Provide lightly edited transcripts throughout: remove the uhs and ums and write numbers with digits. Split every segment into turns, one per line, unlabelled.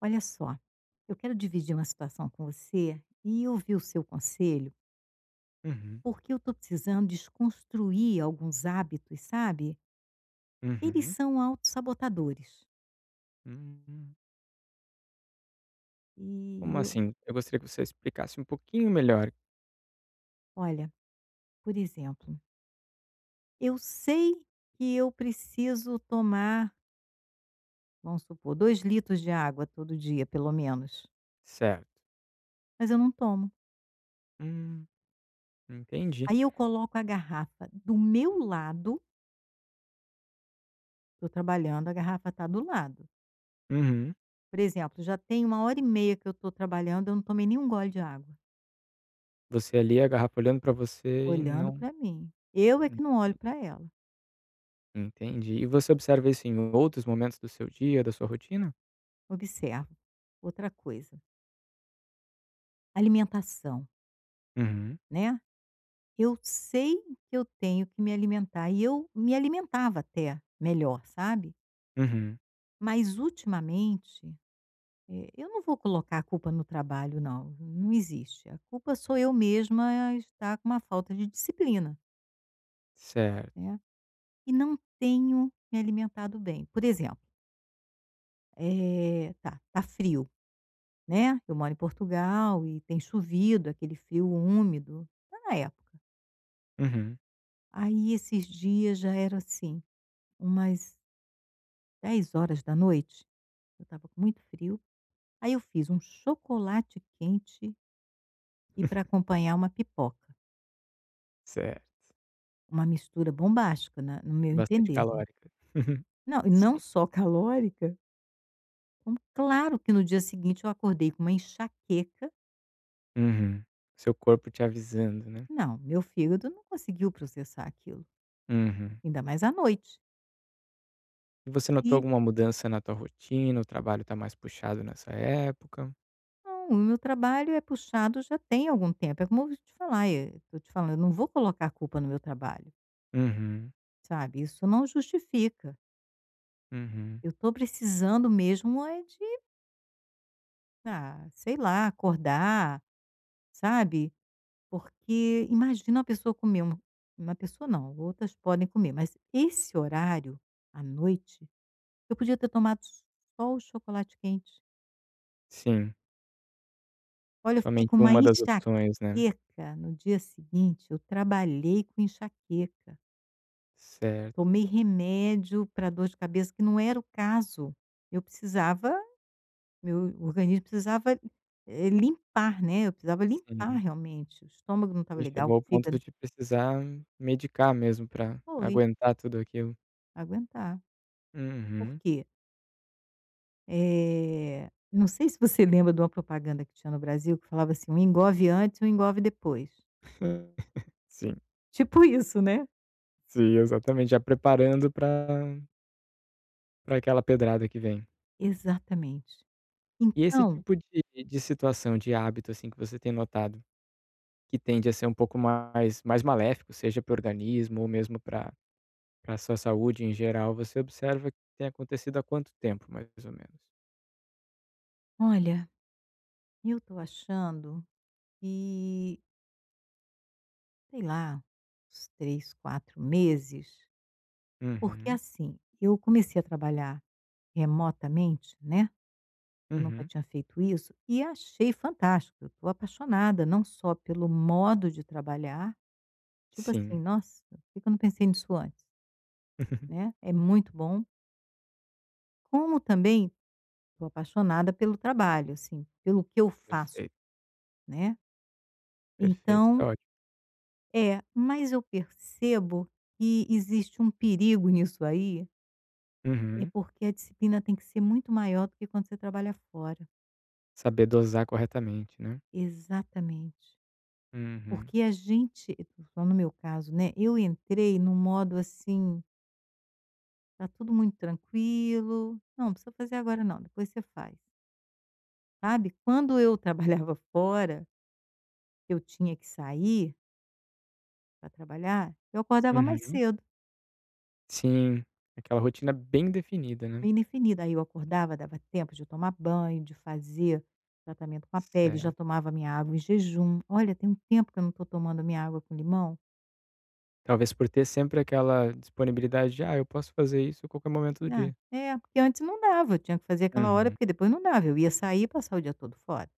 Olha só, eu quero dividir uma situação com você e ouvir o seu conselho,
Uhum,
porque eu estou precisando desconstruir alguns hábitos, sabe? Eles
uhum.
são autossabotadores.
Hum, como
E eu,
assim? Eu gostaria que você explicasse um pouquinho melhor.
olha, por exemplo, eu sei que eu preciso tomar, vamos supor, 2 litros de água todo dia, pelo menos,
Certo.
mas eu não tomo.
Hum, entendi.
Aí eu coloco a garrafa do meu lado, estou trabalhando, a garrafa está do lado.
Uhum.
Por exemplo, já tem uma hora e meia que eu estou trabalhando, eu não tomei nenhum gole de água,
Você ali, a garrafa olhando pra você e
olhando
não
para mim. Eu é
en
que não olho para ela,
entendi. E você observa isso em outros momentos do seu dia, da sua rotina?
observo. Outra coisa, alimentação,
Uhum,
né. Eu sei que eu tenho que me alimentar e eu me alimentava até melhor, sabe.
uhum.
Mas ultimamente, eu não vou colocar a culpa no trabalho não, não existe. A culpa sou eu mesma estar com uma falta de disciplina,
Certo.
né. E não tenho me alimentado bem. Por exemplo. Tá frio, né, eu moro em Portugal e tem chovido, aquele frio úmido, tá na época.
Uhum.
Aí esses dias já era, assim, umas 10 horas da noite eu estava com muito frio, aí eu fiz um chocolate quente e, para acompanhar, uma pipoca,
Certo.
uma mistura bombástica na no meu
Bastante
entender, né.
calórica.
Não, e não
Sim.
só calórica, como claro que no dia seguinte eu acordei com uma enxaqueca.
Uhum. Seu corpo te avisando, né.
Não, meu fígado não conseguiu processar aquilo,
Uhum.
ainda mais à noite.
E você notou
E
alguma mudança na tua rotina? O trabalho tá mais puxado nessa época?
não, o meu trabalho é puxado já tem algum tempo. É como eu vou te falar, eu tô te falando, eu não vou colocar a culpa no meu trabalho,
Uhum,
sabe, isso não justifica.
uhum.
Eu tô precisando mesmo é de, ah, sei lá, acordar, sabe, porque imagina uma pessoa comer uma pessoa não, outras podem comer, mas esse horário, à noite, eu podia ter tomado só o chocolate quente.
Sim,
Olha, eu fiquei com
somente
uma
uma das opções, né.
enxaqueca no dia seguinte, eu trabalhei com enxaqueca.
Certo,
Tomei remédio para dor de cabeça, que não era o caso. Eu precisava Meu organismo precisava, limpar, né, eu precisava limpar
sim.
realmente. O estômago não estava
E
legal, o
chegou ao ponto
fígado
de precisar medicar mesmo pra
foi,
aguentar tudo aquilo.
aguentar. Por
Uhum.
quê? Não sei se você lembra de uma propaganda que tinha no Brasil que falava assim: "Um engove antes, um engove depois".
Sim,
Tipo isso, né?
sim, exatamente, já preparando pra para aquela pedrada que vem.
Exatamente.
E esse
Então,
tipo de situação, de hábito, assim, que você tem notado, que tende a ser um pouco mais maléfico, seja para o organismo ou mesmo para para sua saúde em geral, você observa que tem acontecido há quanto tempo, mais ou menos?
olha, eu estou achando que, sei lá, uns 3, 4 meses. Porque
Uhum,
assim, eu comecei a trabalhar remotamente, né, eu nunca
uhum,
tinha feito isso, e achei fantástico, eu estou apaixonada não só pelo modo de trabalhar, tipo assim:
sim.
"Nossa, por que que eu não pensei nisso antes?", né, é muito bom, como também estou apaixonada pelo trabalho, assim, pelo que eu faço,
Perfeito,
né.
perfeito, tá
Então
ótimo.
é, mas eu percebo que existe um perigo nisso aí, é
Uhum.
porque a disciplina tem que ser muito maior do que quando você trabalha fora.
Saber dosar corretamente, né.
Exatamente.
Uhum,
Porque a gente, só no meu caso, né, eu entrei num modo assim: "Tá tudo muito tranquilo, não, não precisa fazer agora não, depois você faz", sabe. Quando eu trabalhava fora, eu tinha que sair para trabalhar, eu acordava mais
uhum.
cedo,
Sim, aquela rotina bem definida, né.
meio na. Aí eu acordava, dava tempo de eu tomar banho, de fazer tratamento com a pele, já
Certo.
tomava minha água em jejum. Olha, tem um tempo que eu não estou tomando minha água com limão.
Talvez por ter sempre aquela disponibilidade de: "Ah, eu posso fazer isso a qualquer momento do
Assim, ah,
dia".
é, porque antes não dava, eu tinha que fazer aquela hora,
Uhum.
porque depois não dava, eu ia sair e passar o dia todo fora.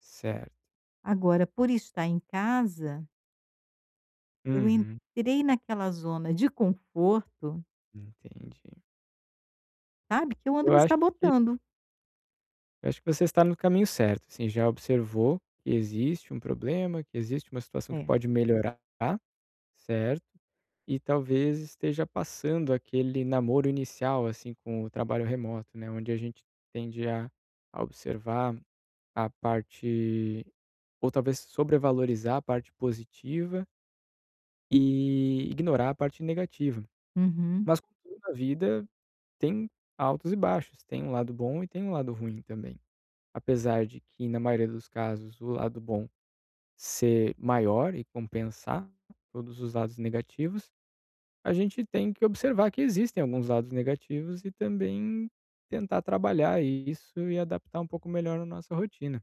Certo.
Agora, por estar em casa, eu
Uhum,
entrei naquela zona de conforto,
entendi.
sabe, que eu
Eu
ando me
acho
sabotando.
Eu acho que você está no caminho certo, assim, já observou que existe um problema, que existe uma situação que
É.
pode melhorar, certo? E talvez esteja passando aquele namoro inicial, assim, com o trabalho remoto, né, onde a gente tende a observar a parte ou talvez sobrevalorizar a parte positiva e ignorar a parte negativa.
Uhum.
Mas como tudo na vida tem altos e baixos, tem um lado bom e tem um lado ruim também. Apesar de que, na maioria dos casos, o lado bom ser maior e compensar todos os lados negativos, a gente tem que observar que existem alguns lados negativos e também tentar trabalhar isso e adaptar um pouco melhor a nossa rotina.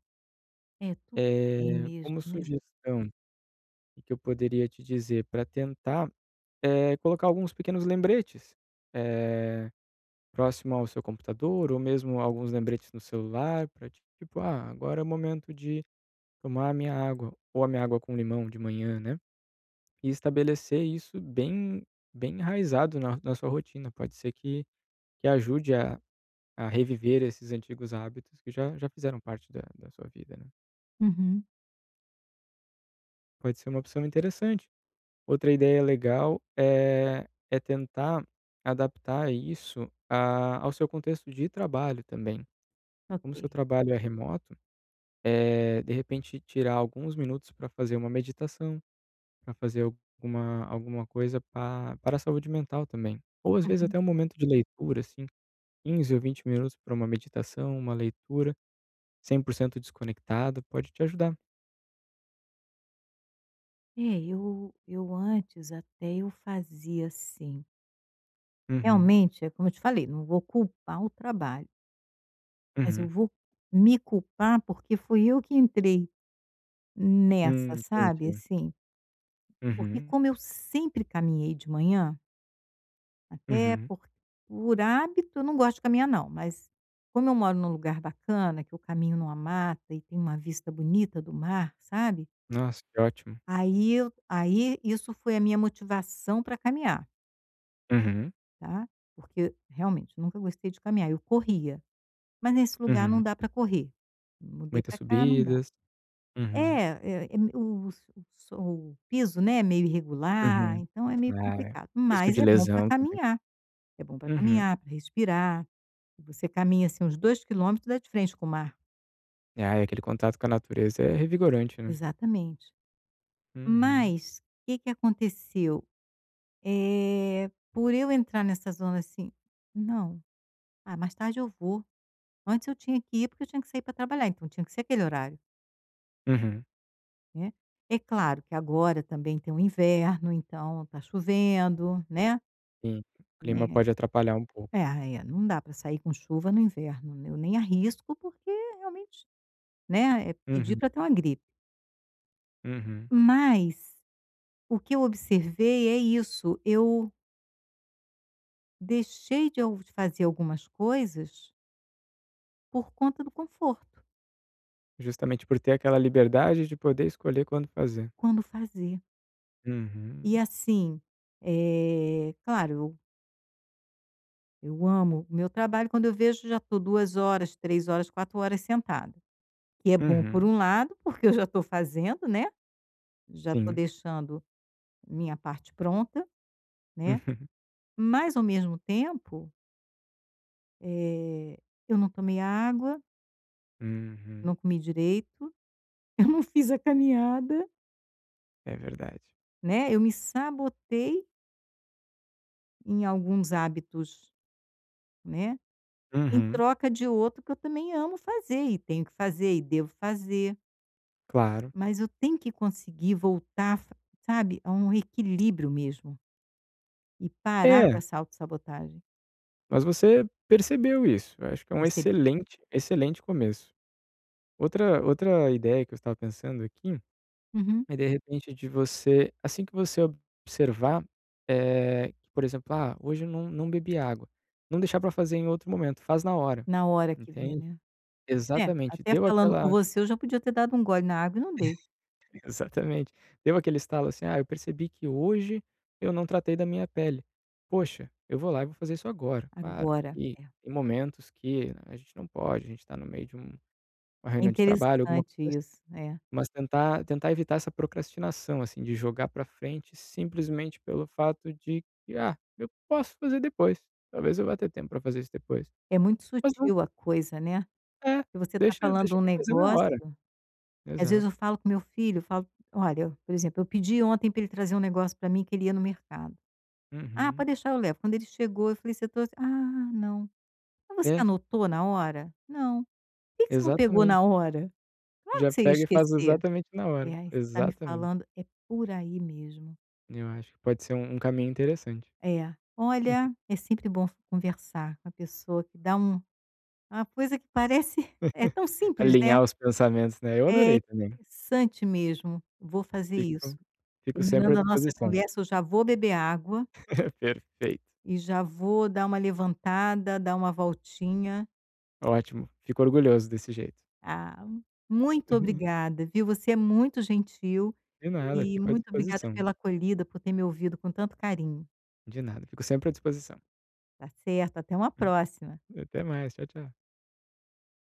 É, tudo tem mesmo,
Como
né.
sugestão, o que eu poderia te dizer para tentar é colocar alguns pequenos lembretes, eh, próximo ao seu computador ou mesmo alguns lembretes no celular para tipo: "Ah, agora é o momento de tomar a minha água ou a minha água com limão de manhã, né, e estabelecer isso bem enraizado na sua rotina. Pode ser que ajude a reviver esses antigos hábitos que já fizeram parte da sua vida, né.
Uhum.
Pode ser uma opção interessante. Outra ideia legal é tentar adaptar isso a ao seu contexto de trabalho também. Como o seu
Ok.
trabalho é remoto, de repente tirar alguns minutos para fazer uma meditação. Para fazer alguma coisa pa para a saúde mental também. Ou às vezes
Uhum.
até um momento de leitura, assim, 15 ou 20 minutos para uma meditação, uma leitura, 100% desconectada pode te ajudar.
É, eu antes até eu fazia assim.
Uhum,
Realmente, é como eu te falei, não vou culpar o trabalho, mas eu
uhum.
vou me culpar, porque fui eu que entrei nessa, sabe,
Entendi.
assim, porque
Uhum,
como eu sempre caminhei de manhã, até
uhum.
por hábito, eu não gosto de caminhar não, mas como eu moro num lugar bacana, que eu caminho numa mata e tem uma vista bonita do mar, sabe,
Nossa, que ótimo.
aí isso foi a minha motivação para caminhar,
Uhum,
tá, porque realmente eu nunca gostei de caminhar, eu corria, mas nesse lugar não
uhum.
dá para correr, mudei
Muitas
para cá, não dá.
subidas. Uhum,
É, é é me- o s- o so o piso, né, é meio irregular,
uhum.
então é meio
Ah, é.
complicado,
Risco
mas
de
é bom para
lesão também.
caminhar, é bom para
Uhum.
caminhar, para respirar. Você caminha, assim, uns 2 quilômetros, dá de frente com o mar.
Ah, e aquele contato com a natureza é revigorante, né.
Exatamente.
Uhum,
Mas o que que aconteceu? Por eu entrar nessa zona, assim: "Não, ah, mais tarde eu vou". Antes eu tinha que ir, porque eu tinha que sair para trabalhar, então tinha que ser aquele horário,
uhum.
né. É claro que agora também tem o inverno, então tá chovendo, né.
Sim, o clima
né,
pode atrapalhar um pouco.
não dá para sair com chuva no inverno, né? Eu nem arrisco porque, realmente, né, é pedir
Uhum,
para ter uma gripe.
uhum.
Mas o que eu observei é isso, eu deixei de fazer algumas coisas por conta do conforto,
Justamente por ter aquela liberdade de poder escolher quando fazer.
quando fazer. E
Uhum,
assim, claro, eu amo o meu trabalho, quando eu vejo já tô 2 horas, 3 horas, 4 horas sentada, que é bom por
uhum,
um lado, porque eu já estou fazendo, né, já estou
sim.
deixando minha parte pronta, né. Mas ao mesmo tempo, eh, eu não tomei água,
Uhum, uhum.
não comi direito, eu não fiz a caminhada,
É verdade.
né, eu me sabotei em alguns hábitos, né, em
Uhum,
troca de outro que eu também amo fazer e tenho que fazer e devo fazer,
claro.
mas eu tenho que conseguir voltar, f sabe, a um equilíbrio mesmo e parar com
É,
essa autossabotagem.
mas você percebeu isso, eu acho que é um
Percebi.
excelente, excelente começo. Outra ideia que eu estava pensando aqui,
Uhum.
é de repente de você assim que você observar, por exemplo: "Ah, hoje eu não bebi água", não deixar para fazer em outro momento, faz na hora,
Na hora que vê,
entende?
né. É,
Exatamente,
até
deu
falando com
aquela
você eu já podia ter dado um gole na água e não dei.
exatamente, deu aquele estalo assim: "Ah, eu percebi que hoje eu não tratei da minha pele. Poxa, eu vou lá e vou fazer isso agora". Claro
Agora
que
é.
tem momentos que né, a gente não pode, a gente tá no meio de um uma
É
reunião de trabalho, alguma
interessante
coisa assim,
isso, é.
mas tentar evitar essa procrastinação, assim, de jogar pra frente simplesmente pelo fato de que: "Ah, eu posso fazer depois, talvez eu vá ter tempo pra fazer isso depois".
É muito
Mas não
sutil a coisa, né.
é,
Se você tá
deixa
falando
deixa
um
pra fazer na hora.
negócio, às vezes
Exato.
eu falo com meu filho, eu falo: "Olha", por exemplo, eu pedi ontem para ele trazer um negócio para mim que ele ia no mercado. "Ah,
Uhum.
pode deixar, eu levo". Quando ele chegou, eu falei: "Você trouxe?". "Ah, não". "Mas você
É,
anotou na hora?". "Não". "Por que que você não pegou
exatamente.
na hora?". "Claro
Já
que você ia
pega e faz
esquecer".
exatamente na hora.
É, aí você tá me
Exatamente.
falando é por aí mesmo.
Eu acho que pode ser um um caminho interessante.
É. Olha, é sempre bom conversar com a pessoa que dá uma coisa que parece é tão simples, né.
Alinhar os pensamentos, né. Eu
É
adorei também.
interessante mesmo, vou fazer
Fico
isso.
Fico sempre à
Terminando a nossa
disposição.
conversa, eu já vou beber água
Perfeito.
e já vou dar uma levantada, dar uma voltinha.
Ótimo. Fico orgulhoso desse jeito.
Ah, muito obrigada, viu, você é muito gentil
De nada,
e
fico à
muito obrigada
disposição.
pela acolhida, por ter me ouvido com tanto carinho,
De nada, fico sempre à disposição.
tá certo? Até uma próxima.
Até mais. Tchau, tchau.